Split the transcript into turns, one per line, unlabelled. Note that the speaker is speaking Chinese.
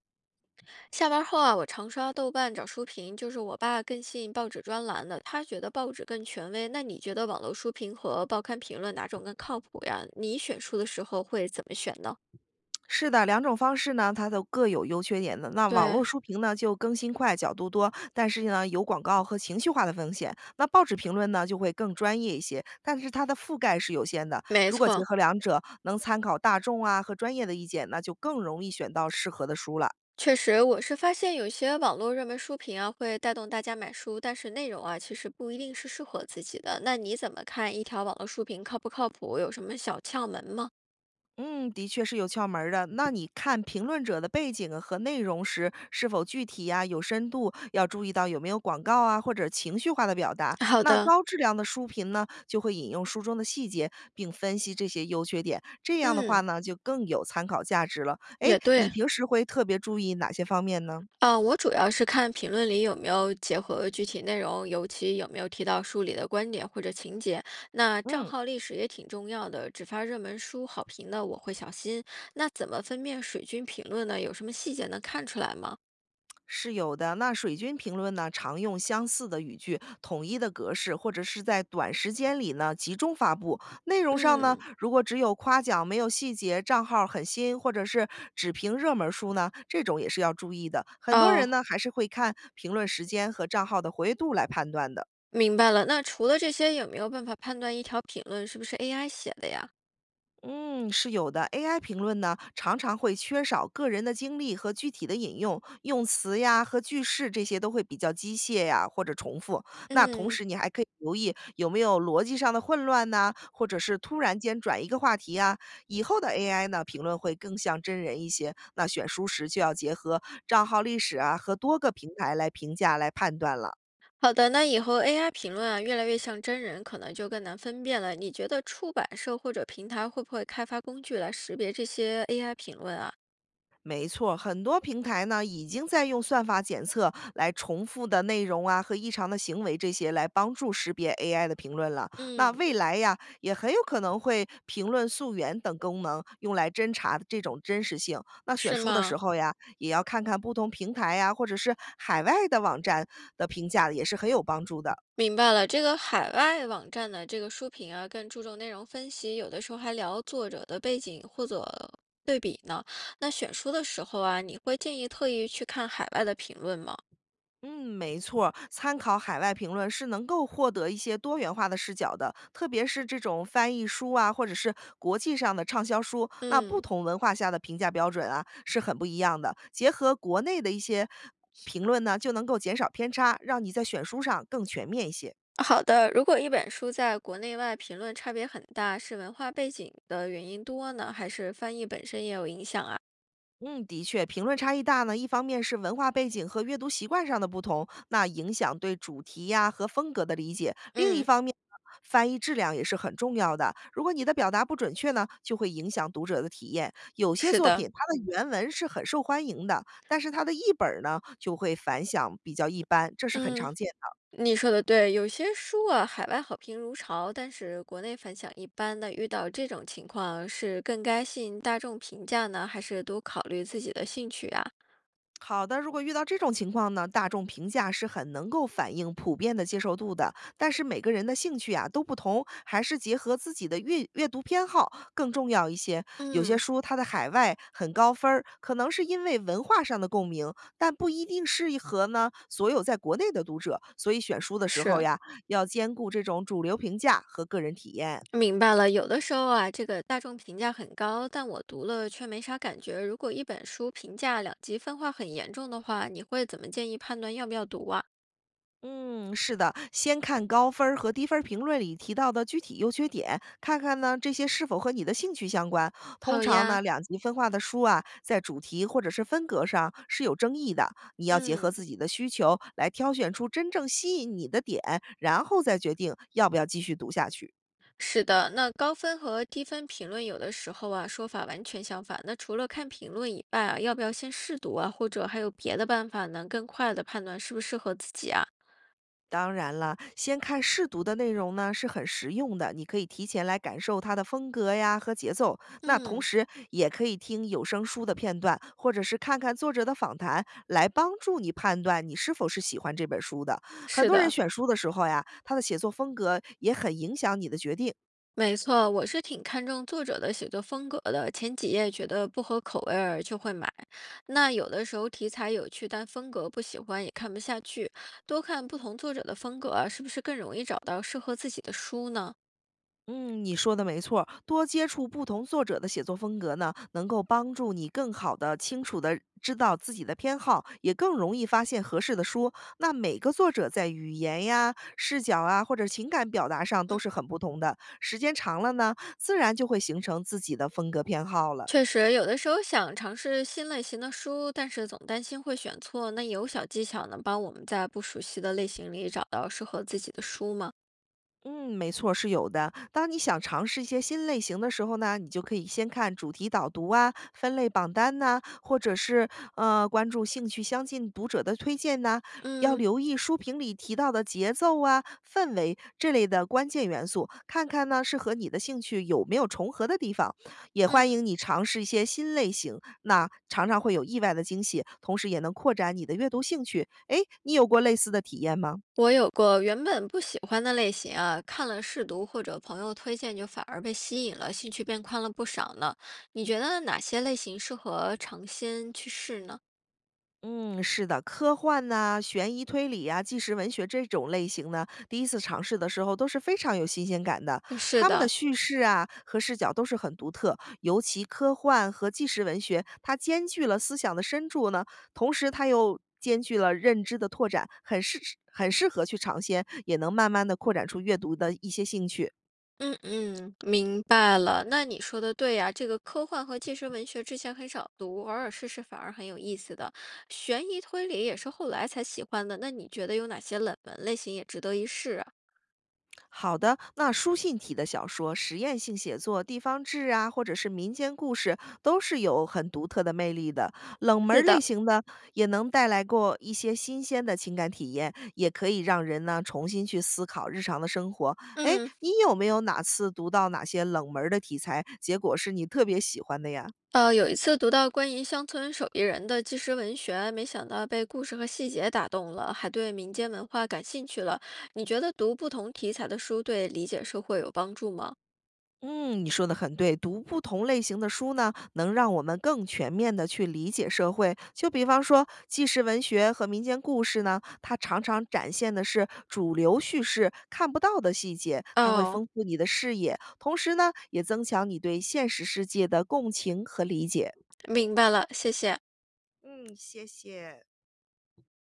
下班后啊，我常刷豆瓣找书评，就是我爸更信报纸专栏的，他觉得报纸更权威。那你觉得网络书评和报刊评论哪种更靠谱呀？你选书的时候会怎么选呢？
是的，两种方式呢，它都各有优缺点的。那网络
对，
书评呢，就更新快，角度多，但是呢，有广告和情绪化的风险。那报纸评论呢，就会更专业一些，但是它的覆盖是有限的。
没
如果结
错，
合两者，能参考大众啊和专业的意见，那就更容易选到适合的书了。
确实，我是发现有些网络热门书评啊，会带动大家买书，但是内容啊，其实不一定是适合自己的。那你怎么看一条网络书评靠不靠谱？有什么小窍门吗？
嗯，的确是有窍门儿的。那你看评论者的背景啊和内容时，是否具体呀、有深度，要注意到有没有广告啊或者情绪化的表达。
好
那
的，
高质量的书评呢，就会引用书中的细节，并分析这些优缺点。这样的话
嗯，
呢，就更有参考价值了。诶，
也
你
对。
平时会特别注意哪些方面呢？
我主要是看评论里有没有结合具体内容，尤其有没有提到书里的观点或者情节。那账
嗯。
号历史也挺重要的，只发热门书好评的我会小心。那怎么分辨水军评论呢？有什么细节能看出来吗？
是有的。那水军评论呢，常用相似的语句、统一的格式，或者是在短时间里呢集中发布。内容上呢，
嗯，
如果只有夸奖没有细节，账号很新，或者是只评热门书呢，这种也是要注意的。很多人
哦，
呢还是会看评论时间和账号的活跃度来判断的。
明白了。那除了这些，有没有办法判断一条评论是不是 AI 写的呀？
嗯，是有的。AI 评论呢，常常会缺少个人的经历和具体的引用，用词呀和句式这些都会比较机械呀或者重复。那同
嗯。
时，你还可以留意有没有逻辑上的混乱呐、或者是突然间转一个话题啊。以后的 AI 呢，评论会更像真人一些。那选书时就要结合账号历史啊和多个平台来评价来判断了。
好的，那以后 AI 评论啊，越来越像真人，可能就更难分辨了。你觉得出版社或者平台会不会开发工具来识别这些 AI 评论啊？
没错，很多平台呢已经在用算法检测来重复的内容啊和异常的行为这些来帮助识别 AI 的评论了。那
嗯，
未来呀，也很有可能会评论溯源等功能用来侦查这种真实性。那选
是
书的
吗？
时候呀，也要看看不同平台呀或者是海外的网站的评价，也是很有帮助的。
明白了，这个海外网站的这个书评啊，更注重内容分析，有的时候还聊作者的背景或者对比呢。那选书的时候啊，你会建议特意去看海外的评论吗？
嗯，没错儿参考海外评论是能够获得一些多元化的视角的，特别是这种翻译书啊，或者是国际上的畅销书，那不
嗯。
同文化下的评价标准啊是很不一样的。结合国内的一些评论呢，就能够减少偏差，让你在选书上更全面一些。
好的，如果一本书在国内外评论差别很大，是文化背景的原因多呢，还是翻译本身也有影响啊？
嗯，的确，评论差异大呢，一方面是文化背景和阅读习惯上的不同，那影响对主题呀、和风格的理解；另一
嗯，
方面呢，翻译质量也是很重要的。如果你的表达不准确呢，就会影响读者的体验。有些
是
作
的，
品它的原文是很受欢迎的，但是它的译本儿呢就会反响比较一般，这是很
嗯，
常见的
你说的对，有些书啊，海外好评如潮，但是国内反响一般的，遇到这种情况，是更该信大众评价呢，还是多考虑自己的兴趣啊？
好的，如果遇到这种情况呢，大众评价是很能够反映普遍的接受度的，但是每个人的兴趣啊都不同，还是结合自己的阅读偏好更重要一些。有些
嗯，
书它的海外很高分儿，可能是因为文化上的共鸣，但不一定适合呢所有在国内的读者。所以选书的时候
是。
呀，要兼顾这种主流评价和个人体验。
明白了，有的时候啊，这个大众评价很高，但我读了却没啥感觉。如果一本书评价两极分化很严重的话，你会怎么建议判断要不要读啊？
嗯，是的，先看高分儿和低分儿评论里提到的具体优缺点，看看呢这些是否和你的兴趣相关。通
好
常呢，
呀，
两极分化的书啊，在主题或者是风格上是有争议的，你要结合
嗯，
自己的需求来挑选出真正吸引你的点，然后再决定要不要继续读下去。
是的，那高分和低分评论有的时候啊，说法完全相反。那除了看评论以外啊，要不要先试读啊？或者还有别的办法能更快的判断适不适合自己啊？
当然了，先看试读的内容呢是很实用的，你可以提前来感受它的风格呀和节奏。那同
嗯，
时也可以听有声书的片段，或者是看看作者的访谈，来帮助你判断你是否是喜欢这本书的。很
是
多人
的。
选书的时候呀，他的写作风格也很影响你的决定。
没错，我是挺看重作者的写作风格的。前几页觉得不合口味儿就会买。那有的时候题材有趣，但风格不喜欢也看不下去。多看不同作者的风格啊是不是更容易找到适合自己的书呢？
嗯，你说的没错儿多接触不同作者的写作风格呢，能够帮助你更好的、清楚的知道自己的偏好，也更容易发现合适的书。那每个作者在语言呀、视角啊，或者情感表达上都
嗯，
是很不同的，时间长了呢，自然就会形成自己的风格偏好了。
确实，有的时候想尝试新类型的书，但是总担心会选错。那有小技巧能帮我们在不熟悉的类型里找到适合自己的书吗？
嗯，没错，是有的。当你想尝试一些新类型的时候呢，你就可以先看主题导读啊、分类榜单呐、或者是关注兴趣相近读者的推荐呐、要
嗯
留意书评里提到的节奏啊、氛围这类的关键元素，看看呢是和你的兴趣有没有重合的地方。也欢
嗯。
迎你尝试一些新类型，那常常会有意外的惊喜，同时也能扩展你的阅读兴趣。诶，你有过类似的体验吗？
我有过原本不喜欢的类型啊，看了试读或者朋友推荐，就反而被吸引了，兴趣变宽了不少呢。你觉得哪些类型适合尝鲜去试呢？
嗯，是的，科幻呐、悬疑推理呀、纪实文学这种类型呢，第一次尝试的时候都是非常有新鲜感的。
是
他们的
的，
叙事啊和视角都是很独特，尤其科幻和纪实文学，它兼具了思想的深度呢，同时它又兼具了认知的拓展，很适合去尝鲜，也能慢慢的扩展出阅读的一些兴趣。
嗯嗯，明白了。那你说的对呀，这个科幻和纪实文学之前很少读，偶尔试试反而很有意思的。悬疑推理也是后来才喜欢的。那你觉得有哪些冷门类型也值得一试啊？
好的，那书信体的小说、实验性写作、地方志啊，或者是民间故事，都是有很独特的魅力的。冷门儿
是
类
的，
型的也能带来过一些新鲜的情感体验，也可以让人呢重新去思考日常的生活。哎，
嗯。
你有没有哪次读到哪些冷门儿的题材，结果是你特别喜欢的呀？
有一次读到关于乡村手艺人的纪实文学，没想到被故事和细节打动了，还对民间文化感兴趣了。你觉得读不同题材的书对理解社会有帮助吗？
嗯，你说的很对。读不同类型的书呢，能让我们更全面的去理解社会。就比方说，纪实文学和民间故事呢，它常常展现的是主流叙事看不到的细节，它会
哦，
丰富你的视野，同时呢，也增强你对现实世界的共情和理解。
明白了，谢谢。
嗯，谢谢。